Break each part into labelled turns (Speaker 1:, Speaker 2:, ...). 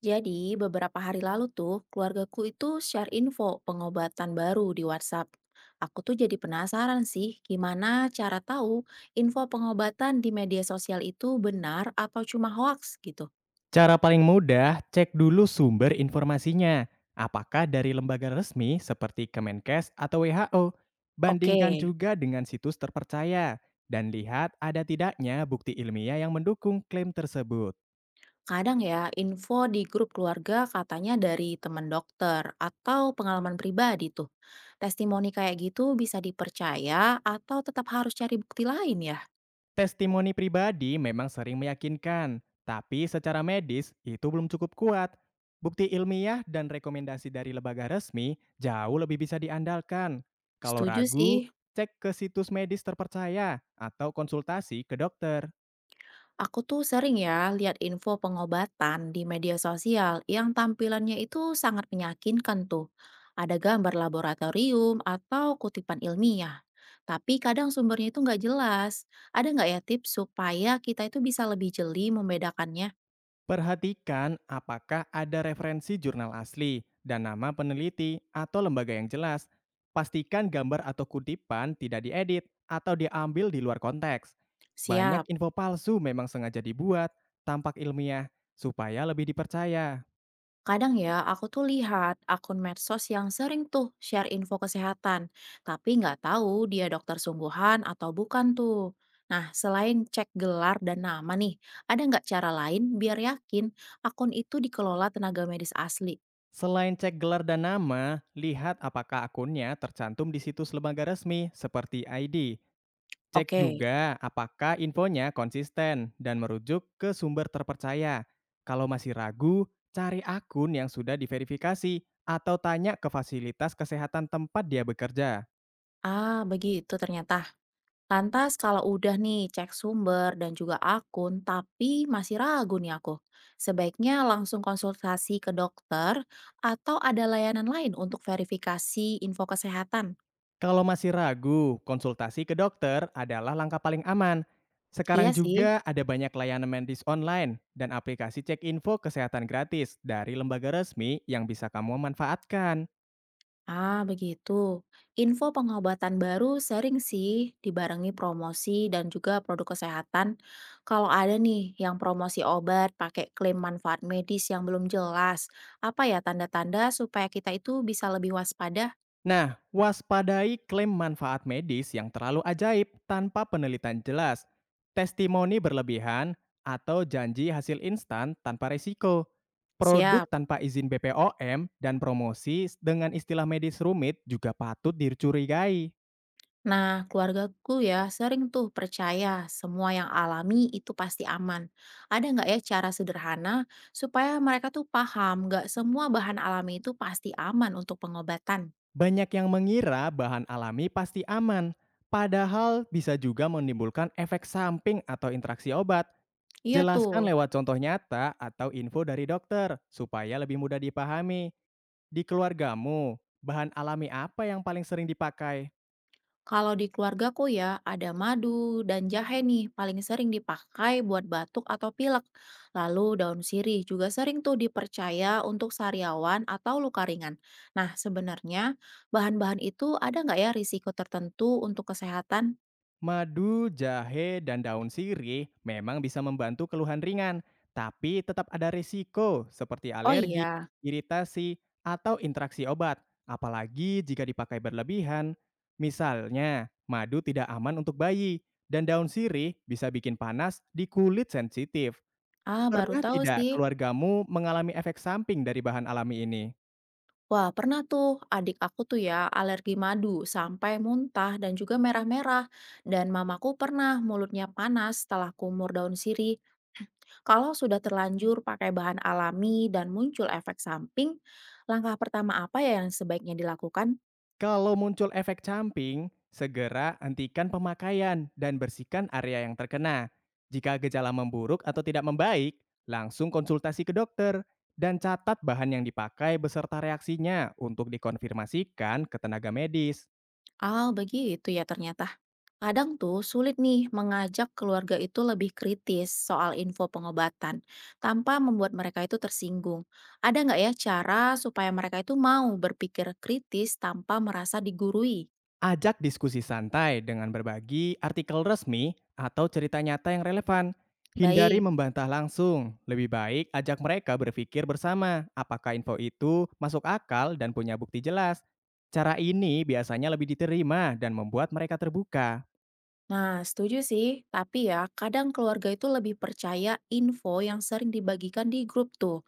Speaker 1: Jadi, beberapa hari lalu tuh, keluargaku itu share info pengobatan baru di WhatsApp. Aku tuh jadi penasaran sih, gimana cara tahu info pengobatan di media sosial itu benar atau cuma hoax gitu.
Speaker 2: Cara paling mudah, cek dulu sumber informasinya. Apakah dari lembaga resmi seperti Kemenkes atau WHO?
Speaker 1: Oke,
Speaker 2: Bandingkan juga dengan situs terpercaya dan lihat ada tidaknya bukti ilmiah yang mendukung klaim tersebut.
Speaker 1: kadang ya info di grup keluarga katanya dari teman dokter atau pengalaman pribadi tuh. Testimoni kayak gitu bisa dipercaya atau tetap harus cari bukti lain ya?
Speaker 2: Testimoni pribadi memang sering meyakinkan, tapi secara medis itu belum cukup kuat. Bukti ilmiah dan rekomendasi dari lembaga resmi jauh lebih bisa diandalkan. Kalau
Speaker 1: Setuju sih.
Speaker 2: ragu, cek ke situs medis terpercaya atau konsultasi ke dokter.
Speaker 1: Aku tuh sering ya lihat info pengobatan di media sosial yang tampilannya itu sangat meyakinkan tuh. Ada gambar laboratorium atau kutipan ilmiah. Tapi kadang sumbernya itu nggak jelas. Ada nggak ya tips supaya kita itu bisa lebih jeli membedakannya?
Speaker 2: Perhatikan apakah ada referensi jurnal asli dan nama peneliti atau lembaga yang jelas. Pastikan gambar atau kutipan tidak diedit atau diambil di luar konteks. Banyak
Speaker 1: Siap.
Speaker 2: info palsu memang sengaja dibuat, tampak ilmiah, supaya lebih dipercaya.
Speaker 1: Kadang ya, aku tuh lihat akun medsos yang sering tuh share info kesehatan, tapi nggak tahu dia dokter sungguhan atau bukan tuh. Nah, selain cek gelar dan nama nih, ada nggak cara lain biar yakin akun itu dikelola tenaga medis asli?
Speaker 2: Selain cek gelar dan nama, lihat apakah akunnya tercantum di situs lembaga resmi seperti ID. Cek
Speaker 1: Oke,
Speaker 2: juga apakah infonya konsisten dan merujuk ke sumber terpercaya. Kalau masih ragu, cari akun yang sudah diverifikasi atau tanya ke fasilitas kesehatan tempat dia bekerja.
Speaker 1: ah begitu ternyata. Lantas kalau udah nih cek sumber dan juga akun, tapi masih ragu nih aku. Sebaiknya langsung konsultasi ke dokter atau ada layanan lain untuk verifikasi info kesehatan?
Speaker 2: Kalau masih ragu, konsultasi ke dokter adalah langkah paling aman.
Speaker 1: Iya
Speaker 2: Sekarang
Speaker 1: sih.
Speaker 2: juga ada banyak layanan medis online dan aplikasi cek info kesehatan gratis dari lembaga resmi yang bisa kamu manfaatkan.
Speaker 1: Ah, begitu. Info pengobatan baru sering sih dibarengi promosi dan juga produk kesehatan. Kalau ada nih yang promosi obat pakai klaim manfaat medis yang belum jelas, apa ya tanda-tanda supaya kita itu bisa lebih waspada?
Speaker 2: Nah, waspadai klaim manfaat medis yang terlalu ajaib tanpa penelitian jelas, testimoni berlebihan, atau janji hasil instan tanpa resiko. Produk
Speaker 1: Siap.
Speaker 2: tanpa izin BPOM dan promosi dengan istilah medis rumit juga patut dicurigai.
Speaker 1: Nah, keluargaku ya sering tuh percaya semua yang alami itu pasti aman. Ada nggak ya cara sederhana supaya mereka tuh paham nggak semua bahan alami itu pasti aman untuk pengobatan?
Speaker 2: Banyak yang mengira bahan alami pasti aman, padahal bisa juga menimbulkan efek samping atau interaksi obat.
Speaker 1: Iya
Speaker 2: Jelaskan
Speaker 1: tuh,
Speaker 2: lewat contoh nyata atau info dari dokter supaya lebih mudah dipahami. Di keluargamu, bahan alami apa yang paling sering dipakai?
Speaker 1: kalau di keluargaku ya ada madu dan jahe nih paling sering dipakai buat batuk atau pilek. Lalu daun sirih juga sering tuh dipercaya untuk sariawan atau luka ringan. Nah, sebenarnya bahan-bahan itu ada nggak ya risiko tertentu untuk kesehatan?
Speaker 2: Madu, jahe, dan daun sirih memang bisa membantu keluhan ringan, tapi tetap ada risiko seperti
Speaker 1: Oh
Speaker 2: alergi,
Speaker 1: iya?
Speaker 2: iritasi, atau interaksi obat, apalagi jika dipakai berlebihan. Misalnya, madu tidak aman untuk bayi, dan daun sirih bisa bikin panas di kulit sensitif.
Speaker 1: Ah, baru
Speaker 2: Pernah
Speaker 1: tahu sih.
Speaker 2: tidak keluargamu mengalami efek samping dari bahan alami ini?
Speaker 1: Wah, pernah tuh adik aku tuh ya alergi madu sampai muntah dan juga merah-merah. Dan mamaku pernah mulutnya panas setelah kumur daun sirih. Kalau sudah terlanjur pakai bahan alami dan muncul efek samping, langkah pertama apa ya yang sebaiknya dilakukan?
Speaker 2: Kalau muncul efek samping, segera hentikan pemakaian dan bersihkan area yang terkena. Jika gejala memburuk atau tidak membaik, langsung konsultasi ke dokter dan catat bahan yang dipakai beserta reaksinya untuk dikonfirmasikan ke tenaga medis.
Speaker 1: Ah, begitu ya ternyata. Kadang tuh sulit nih mengajak keluarga itu lebih kritis soal info pengobatan, tanpa membuat mereka itu tersinggung. Ada nggak ya cara supaya mereka itu mau berpikir kritis tanpa merasa digurui?
Speaker 2: Ajak diskusi santai dengan berbagi artikel resmi atau cerita nyata yang relevan. Hindari
Speaker 1: Baik.
Speaker 2: membantah langsung. Lebih baik ajak mereka berpikir bersama apakah info itu masuk akal dan punya bukti jelas. Cara ini biasanya lebih diterima dan membuat mereka terbuka.
Speaker 1: Nah, setuju sih. Tapi ya, kadang keluarga itu lebih percaya info yang sering dibagikan di grup tuh.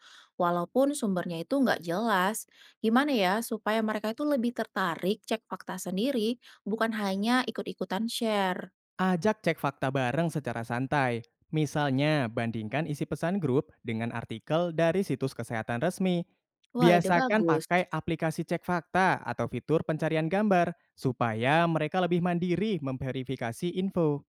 Speaker 1: Walaupun sumbernya itu nggak jelas. Gimana ya supaya mereka itu lebih tertarik cek fakta sendiri, bukan hanya ikut-ikutan share.
Speaker 2: Ajak cek fakta bareng secara santai. Misalnya, bandingkan isi pesan grup dengan artikel dari situs kesehatan resmi.
Speaker 1: Wah, ide
Speaker 2: Biasakan
Speaker 1: bagus.
Speaker 2: pakai aplikasi cek fakta atau fitur pencarian gambar supaya mereka lebih mandiri memverifikasi info.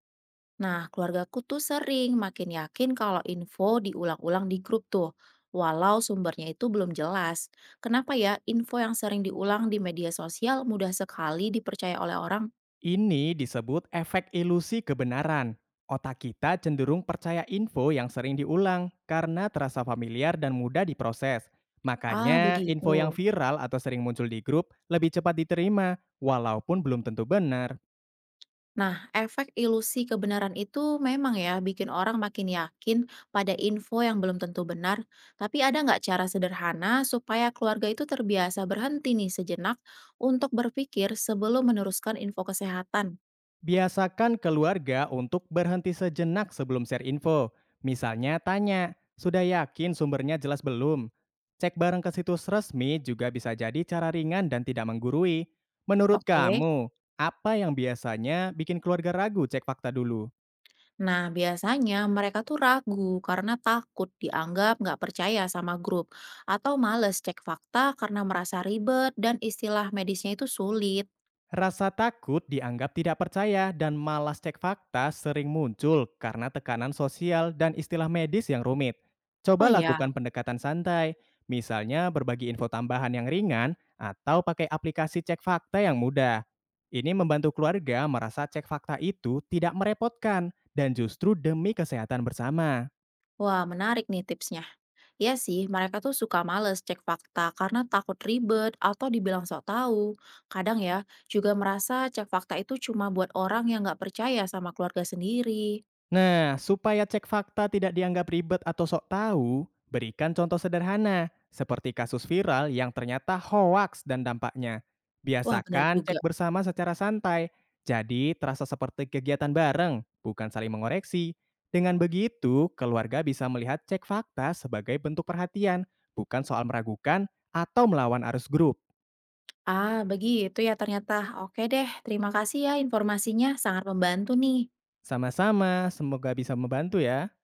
Speaker 1: Nah, keluargaku tuh sering makin yakin kalau info diulang-ulang di grup tuh, walau sumbernya itu belum jelas. Kenapa ya info yang sering diulang di media sosial mudah sekali dipercaya oleh orang?
Speaker 2: Ini disebut efek ilusi kebenaran. Otak kita cenderung percaya info yang sering diulang karena terasa familiar dan mudah diproses.
Speaker 1: Ah,
Speaker 2: Makanya,
Speaker 1: begitu.
Speaker 2: info yang viral atau sering muncul di grup lebih cepat diterima, walaupun belum tentu benar.
Speaker 1: Nah, efek ilusi kebenaran itu memang ya bikin orang makin yakin pada info yang belum tentu benar. Tapi ada nggak cara sederhana supaya keluarga itu terbiasa berhenti nih sejenak untuk berpikir sebelum meneruskan info kesehatan?
Speaker 2: Biasakan keluarga untuk berhenti sejenak sebelum share info. Misalnya tanya, sudah yakin sumbernya jelas belum? Cek bareng ke situs resmi juga bisa jadi cara ringan dan tidak menggurui. Menurut
Speaker 1: Oke.
Speaker 2: kamu, apa yang biasanya bikin keluarga ragu cek fakta dulu?
Speaker 1: Nah, biasanya mereka tuh ragu karena takut dianggap nggak percaya sama grup atau males cek fakta karena merasa ribet dan istilah medisnya itu sulit.
Speaker 2: Rasa takut dianggap tidak percaya dan malas cek fakta sering muncul karena tekanan sosial dan istilah medis yang rumit.
Speaker 1: Oh
Speaker 2: Coba
Speaker 1: ya,
Speaker 2: lakukan pendekatan santai, misalnya berbagi info tambahan yang ringan atau pakai aplikasi cek fakta yang mudah. Ini membantu keluarga merasa cek fakta itu tidak merepotkan dan justru demi kesehatan bersama.
Speaker 1: wah menarik nih tipsnya. Ya sih, mereka tuh suka males cek fakta karena takut ribet atau dibilang sok tahu. Kadang ya, juga merasa cek fakta itu cuma buat orang yang nggak percaya sama keluarga sendiri.
Speaker 2: Nah, supaya cek fakta tidak dianggap ribet atau sok tahu, berikan contoh sederhana, seperti kasus viral yang ternyata hoaks dan dampaknya.
Speaker 1: Wah, benar
Speaker 2: Biasakan
Speaker 1: juga.
Speaker 2: cek bersama secara santai, jadi terasa seperti kegiatan bareng, bukan saling mengoreksi. Dengan begitu, keluarga bisa melihat cek fakta sebagai bentuk perhatian, bukan soal meragukan atau melawan arus grup.
Speaker 1: Ah, begitu ya ternyata. Oke deh, terima kasih ya informasinya, sangat membantu nih.
Speaker 2: Sama-sama, semoga bisa membantu ya.